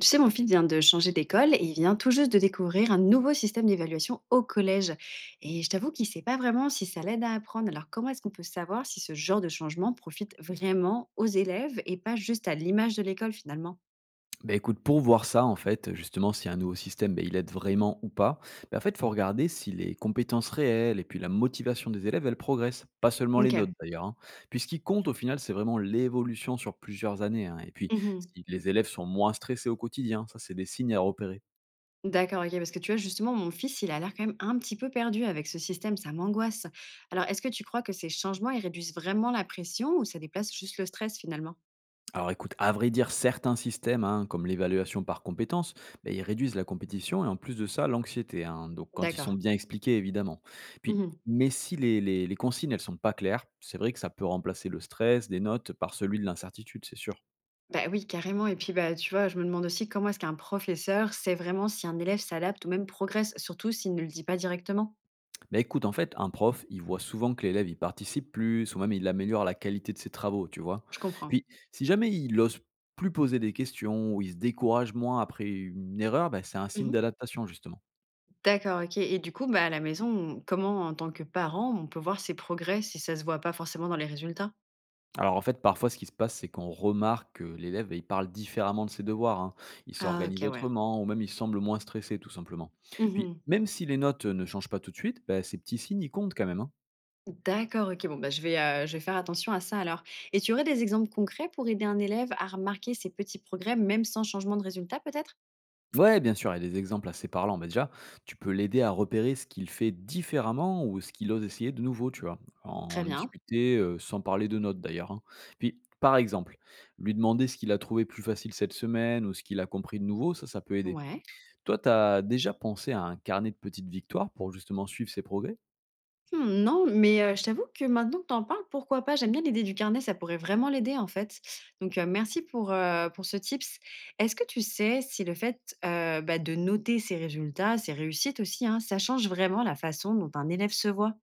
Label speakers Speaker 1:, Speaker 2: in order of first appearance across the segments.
Speaker 1: Tu sais, mon fils vient de changer d'école et il vient tout juste de découvrir un nouveau système d'évaluation au collège. Et je t'avoue qu'il ne sait pas vraiment si ça l'aide à apprendre. Alors, comment est-ce qu'on peut savoir si ce genre de changement profite vraiment aux élèves et pas juste à l'image de l'école finalement?
Speaker 2: Bah, écoute, pour voir ça, en fait, justement, si un nouveau système, bah, il aide vraiment ou pas, bah, en fait, il faut regarder si les compétences réelles et puis la motivation des élèves, elles progressent. Pas seulement les
Speaker 1: Ok.
Speaker 2: notes, d'ailleurs, hein. Puis ce qui compte, au final, c'est vraiment l'évolution sur plusieurs années, hein. Et puis,
Speaker 1: Mhm.
Speaker 2: si les élèves sont moins stressés au quotidien, ça, c'est des signes à repérer.
Speaker 1: D'accord, ok. Parce que tu vois, justement, mon fils, il a l'air quand même un petit peu perdu avec ce système. Ça m'angoisse. Alors, est-ce que tu crois que ces changements, ils réduisent vraiment la pression ou ça déplace juste le stress finalement?
Speaker 2: Alors écoute, à vrai dire, certains systèmes, hein, comme l'évaluation par compétences, ben, ils réduisent la compétition et en plus de ça, l'anxiété, hein, donc quand ils sont
Speaker 1: D'accord.
Speaker 2: bien expliqués, évidemment. Puis, mais si les consignes, elles sont pas claires, c'est vrai que ça peut remplacer le stress des notes par celui de l'incertitude, c'est sûr.
Speaker 1: Bah oui, carrément et puis, bah, tu vois, je me demande aussi comment est-ce qu'un professeur sait vraiment si un élève s'adapte ou même progresse, surtout s'il ne le dit pas directement?
Speaker 2: Mais écoute, en fait, un prof, il voit souvent que l'élève, il participe plus ou même il améliore la qualité de ses travaux, tu vois.
Speaker 1: Je comprends.
Speaker 2: Puis, si jamais il ose plus poser des questions ou il se décourage moins après une erreur, ben, c'est un signe
Speaker 1: Mmh.
Speaker 2: d'adaptation, justement.
Speaker 1: D'accord, OK, et du coup, bah, à la maison, comment, en tant que parent, on peut voir ses progrès si ça se voit pas forcément dans les résultats?
Speaker 2: Alors en fait, parfois, ce qui se passe, c'est qu'on remarque que l'élève, il parle différemment de ses devoirs, hein. Il
Speaker 1: Ah OK,
Speaker 2: s'organise
Speaker 1: ouais.
Speaker 2: autrement ou même il semble moins stressé, tout simplement. Puis,
Speaker 1: Mmh.
Speaker 2: même si les notes ne changent pas tout de suite, bah, ces petits signes, ils comptent quand même, hein.
Speaker 1: D'accord, OK, bon, bah, je vais faire attention à ça alors, et tu aurais des exemples concrets pour aider un élève à remarquer ses petits progrès, même sans changement de résultat peut-être?
Speaker 2: Ouais, bien sûr, il y a des exemples assez parlants. Bah, déjà, tu peux l'aider à repérer ce qu'il fait différemment ou ce qu'il ose essayer de nouveau, tu vois.
Speaker 1: Très
Speaker 2: En
Speaker 1: bien,
Speaker 2: discuter sans parler de notes d'ailleurs, hein. Puis, par exemple, lui demander ce qu'il a trouvé plus facile cette semaine ou ce qu'il a compris de nouveau, ça peut aider.
Speaker 1: ouais.
Speaker 2: Toi, tu as déjà pensé à un carnet de petites victoires pour justement suivre ses progrès?
Speaker 1: Mmh, non, mais je t'avoue que maintenant que t'en parles, pourquoi pas? J'aime bien l'idée du carnet, ça pourrait vraiment l'aider, en fait. Donc merci pour ce tips. Est-ce que tu sais si le fait, bah, de noter ses résultats, ses réussites aussi, hein, ça change vraiment la façon dont un élève se voit?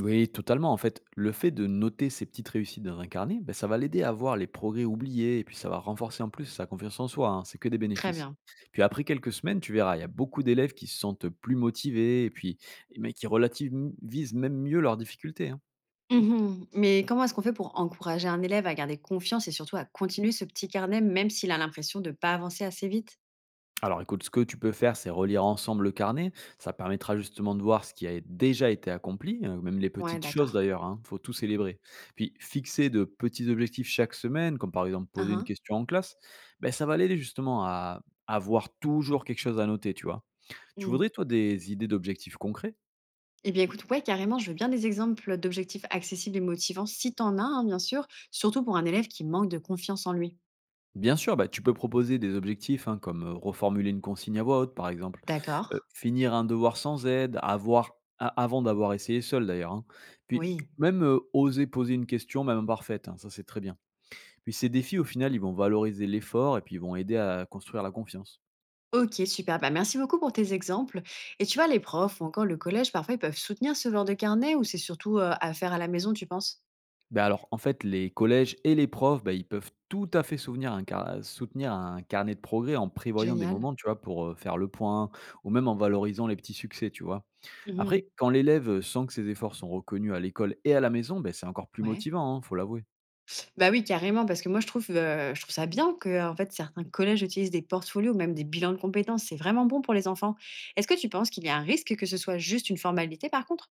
Speaker 2: Oui, totalement. En fait, le fait de noter ses petites réussites dans un carnet, ben, ça va l'aider à voir les progrès oubliés et puis ça va renforcer en plus sa confiance en soi, hein. C'est que des
Speaker 1: Très
Speaker 2: bénéfices.
Speaker 1: bien.
Speaker 2: Puis après quelques semaines, tu verras, il y a beaucoup d'élèves qui se sentent plus motivés et puis eh ben, qui relativisent même mieux leurs difficultés, hein.
Speaker 1: Mmh. Mais comment est-ce qu'on fait pour encourager un élève à garder confiance et surtout à continuer ce petit carnet, même s'il a l'impression de ne pas avancer assez vite?
Speaker 2: Alors écoute, ce que tu peux faire, c'est relire ensemble le carnet. Ça permettra justement de voir ce qui a déjà été accompli, même les
Speaker 1: Ouais,
Speaker 2: petites choses
Speaker 1: d'accord.
Speaker 2: d'ailleurs, hein, faut tout célébrer. Puis fixer de petits objectifs chaque semaine, comme par exemple
Speaker 1: Hein
Speaker 2: poser une
Speaker 1: hein.
Speaker 2: question en classe, ben, ça va l'aider justement à avoir toujours quelque chose à noter, tu vois. Tu
Speaker 1: Mmh.
Speaker 2: voudrais toi des idées d'objectifs concrets?
Speaker 1: Eh bien, écoute, ouais, carrément, je veux bien des exemples d'objectifs accessibles et motivants, si t'en as, hein, bien sûr, surtout pour un élève qui manque de confiance en lui.
Speaker 2: Bien sûr, bah, tu peux proposer des objectifs hein, comme reformuler une consigne à voix haute, par exemple,
Speaker 1: D'accord.
Speaker 2: finir un devoir sans aide, avoir, avant d'avoir essayé seul d'ailleurs, hein. Puis
Speaker 1: Oui.
Speaker 2: même oser poser une question, même imparfaite, hein, ça c'est très bien. Puis ces défis, au final, ils vont valoriser l'effort et puis ils vont aider à construire la confiance.
Speaker 1: Ok, super. Bah, merci beaucoup pour tes exemples. Et tu vois, les profs ou encore le collège, parfois, ils peuvent soutenir ce genre de carnet ou c'est surtout à faire à la maison, tu penses?
Speaker 2: Ben alors, en fait, les collèges et les profs, bah, ils peuvent tout à fait soutenir un carnet de progrès en prévoyant des
Speaker 1: Génial.
Speaker 2: moments, tu vois, pour faire le point ou même en valorisant les petits succès, tu vois.
Speaker 1: Mhm.
Speaker 2: Après, quand l'élève, sent que ses efforts sont reconnus à l'école et à la maison, ben c'est encore plus
Speaker 1: Ouais.
Speaker 2: motivant, hein, faut l'avouer.
Speaker 1: Bah oui, carrément, parce que moi, je trouve ça bien que en fait, certains collèges utilisent des portfolios ou même des bilans de compétences. C'est vraiment bon pour les enfants. Est-ce que tu penses qu'il y a un risque que ce soit juste une formalité, par contre?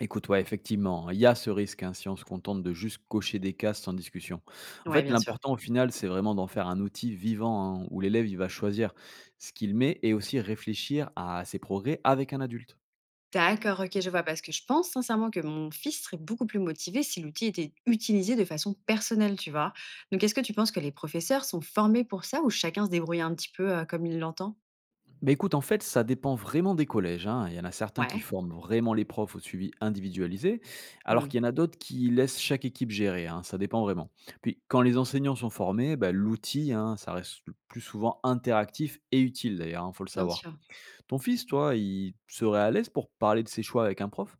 Speaker 2: Écoute, ouais, effectivement, il y a ce risque, hein, si on se contente de juste cocher des cases sans discussion. En
Speaker 1: Ouais,
Speaker 2: fait,
Speaker 1: bien sûr.
Speaker 2: l'important au final, c'est vraiment d'en faire un outil vivant, hein, où l'élève, il va choisir ce qu'il met et aussi réfléchir à ses progrès avec un adulte.
Speaker 1: D'accord, OK, je vois. Parce que je pense sincèrement que mon fils serait beaucoup plus motivé si l'outil était utilisé de façon personnelle, tu vois? Donc, est-ce que tu penses que les professeurs sont formés pour ça ou chacun se débrouille un petit peu, comme il l'entend?
Speaker 2: Bah, écoute, en fait, ça dépend vraiment des collèges, hein. Il y en a certains qui
Speaker 1: Ouais.
Speaker 2: forment vraiment les profs au suivi individualisé, alors
Speaker 1: Mmh.
Speaker 2: qu'il y en a d'autres qui laissent chaque équipe gérer, hein, ça dépend vraiment. Puis, quand les enseignants sont formés, bah, l'outil, hein, ça reste le plus souvent interactif et utile d'ailleurs, hein, faut le
Speaker 1: Bien
Speaker 2: savoir.
Speaker 1: sûr.
Speaker 2: Ton fils, toi, il serait à l'aise pour parler de ses choix avec un prof?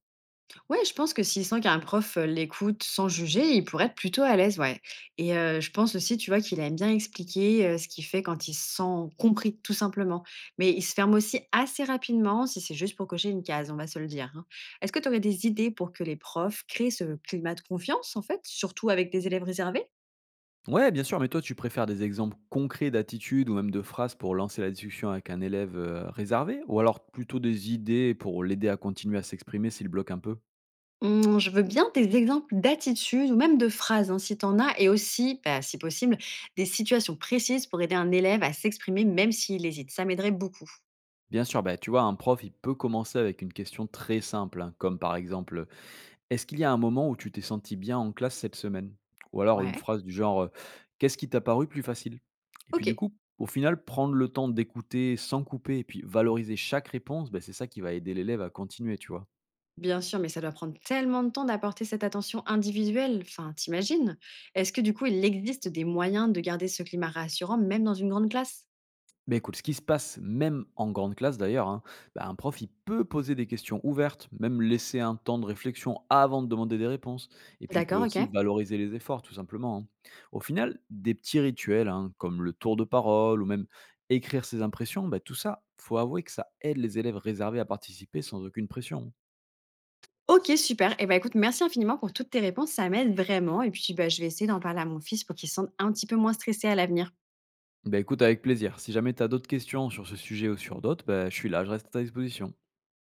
Speaker 1: Ouais, je pense que s'il sent qu'un prof, l'écoute sans juger, il pourrait être plutôt à l'aise, ouais, et je pense aussi, tu vois, qu'il aime bien expliquer, ce qu'il fait quand il se sent compris, tout simplement. Mais il se ferme aussi assez rapidement si c'est juste pour cocher une case, on va se le dire, hein. Est-ce que tu aurais des idées pour que les profs créent ce climat de confiance, en fait, surtout avec des élèves réservés?
Speaker 2: Ouais, bien sûr, mais toi, tu préfères des exemples concrets d'attitudes ou même de phrases pour lancer la discussion avec un élève réservé, ou alors plutôt des idées pour l'aider à continuer à s'exprimer s'il bloque un peu?
Speaker 1: Mmh, je veux bien des exemples d'attitudes ou même de phrases, hein, si tu en as et aussi, bah, si possible, des situations précises pour aider un élève à s'exprimer même s'il hésite. Ça m'aiderait beaucoup.
Speaker 2: Bien sûr, bah, tu vois, un prof, il peut commencer avec une question très simple, hein, comme par exemple, est-ce qu'il y a un moment où tu t'es senti bien en classe cette semaine? Ou alors une
Speaker 1: Ouais.
Speaker 2: phrase du genre, qu'est-ce qui t'a paru plus facile? Et puis du
Speaker 1: OK.
Speaker 2: coup, au final, prendre le temps d'écouter sans couper et puis valoriser chaque réponse, bah, c'est ça qui va aider l'élève à continuer, tu vois.
Speaker 1: Bien sûr, mais ça doit prendre tellement de temps d'apporter cette attention individuelle. Enfin, t'imagines? Est-ce que du coup, il existe des moyens de garder ce climat rassurant même dans une grande classe?
Speaker 2: Ben écoute, ce qui se passe même en grande classe d'ailleurs, hein, bah, un prof, il peut poser des questions ouvertes, même laisser un temps de réflexion avant de demander des réponses. Et puis, il peut
Speaker 1: D'accord,
Speaker 2: aussi
Speaker 1: OK.
Speaker 2: valoriser les efforts, tout simplement, hein. Au final, des petits rituels, hein, comme le tour de parole ou même écrire ses impressions, ben tout ça, faut avouer que ça aide les élèves réservés à participer sans aucune pression.
Speaker 1: OK, super. Eh ben, écoute, merci infiniment pour toutes tes réponses. Ça m'aide vraiment. Et puis, bah, je vais essayer d'en parler à mon fils pour qu'il se sente un petit peu moins stressé à l'avenir.
Speaker 2: Ben écoute, avec plaisir. Si jamais tu as d'autres questions sur ce sujet ou sur d'autres, ben je suis là, je reste à ta disposition.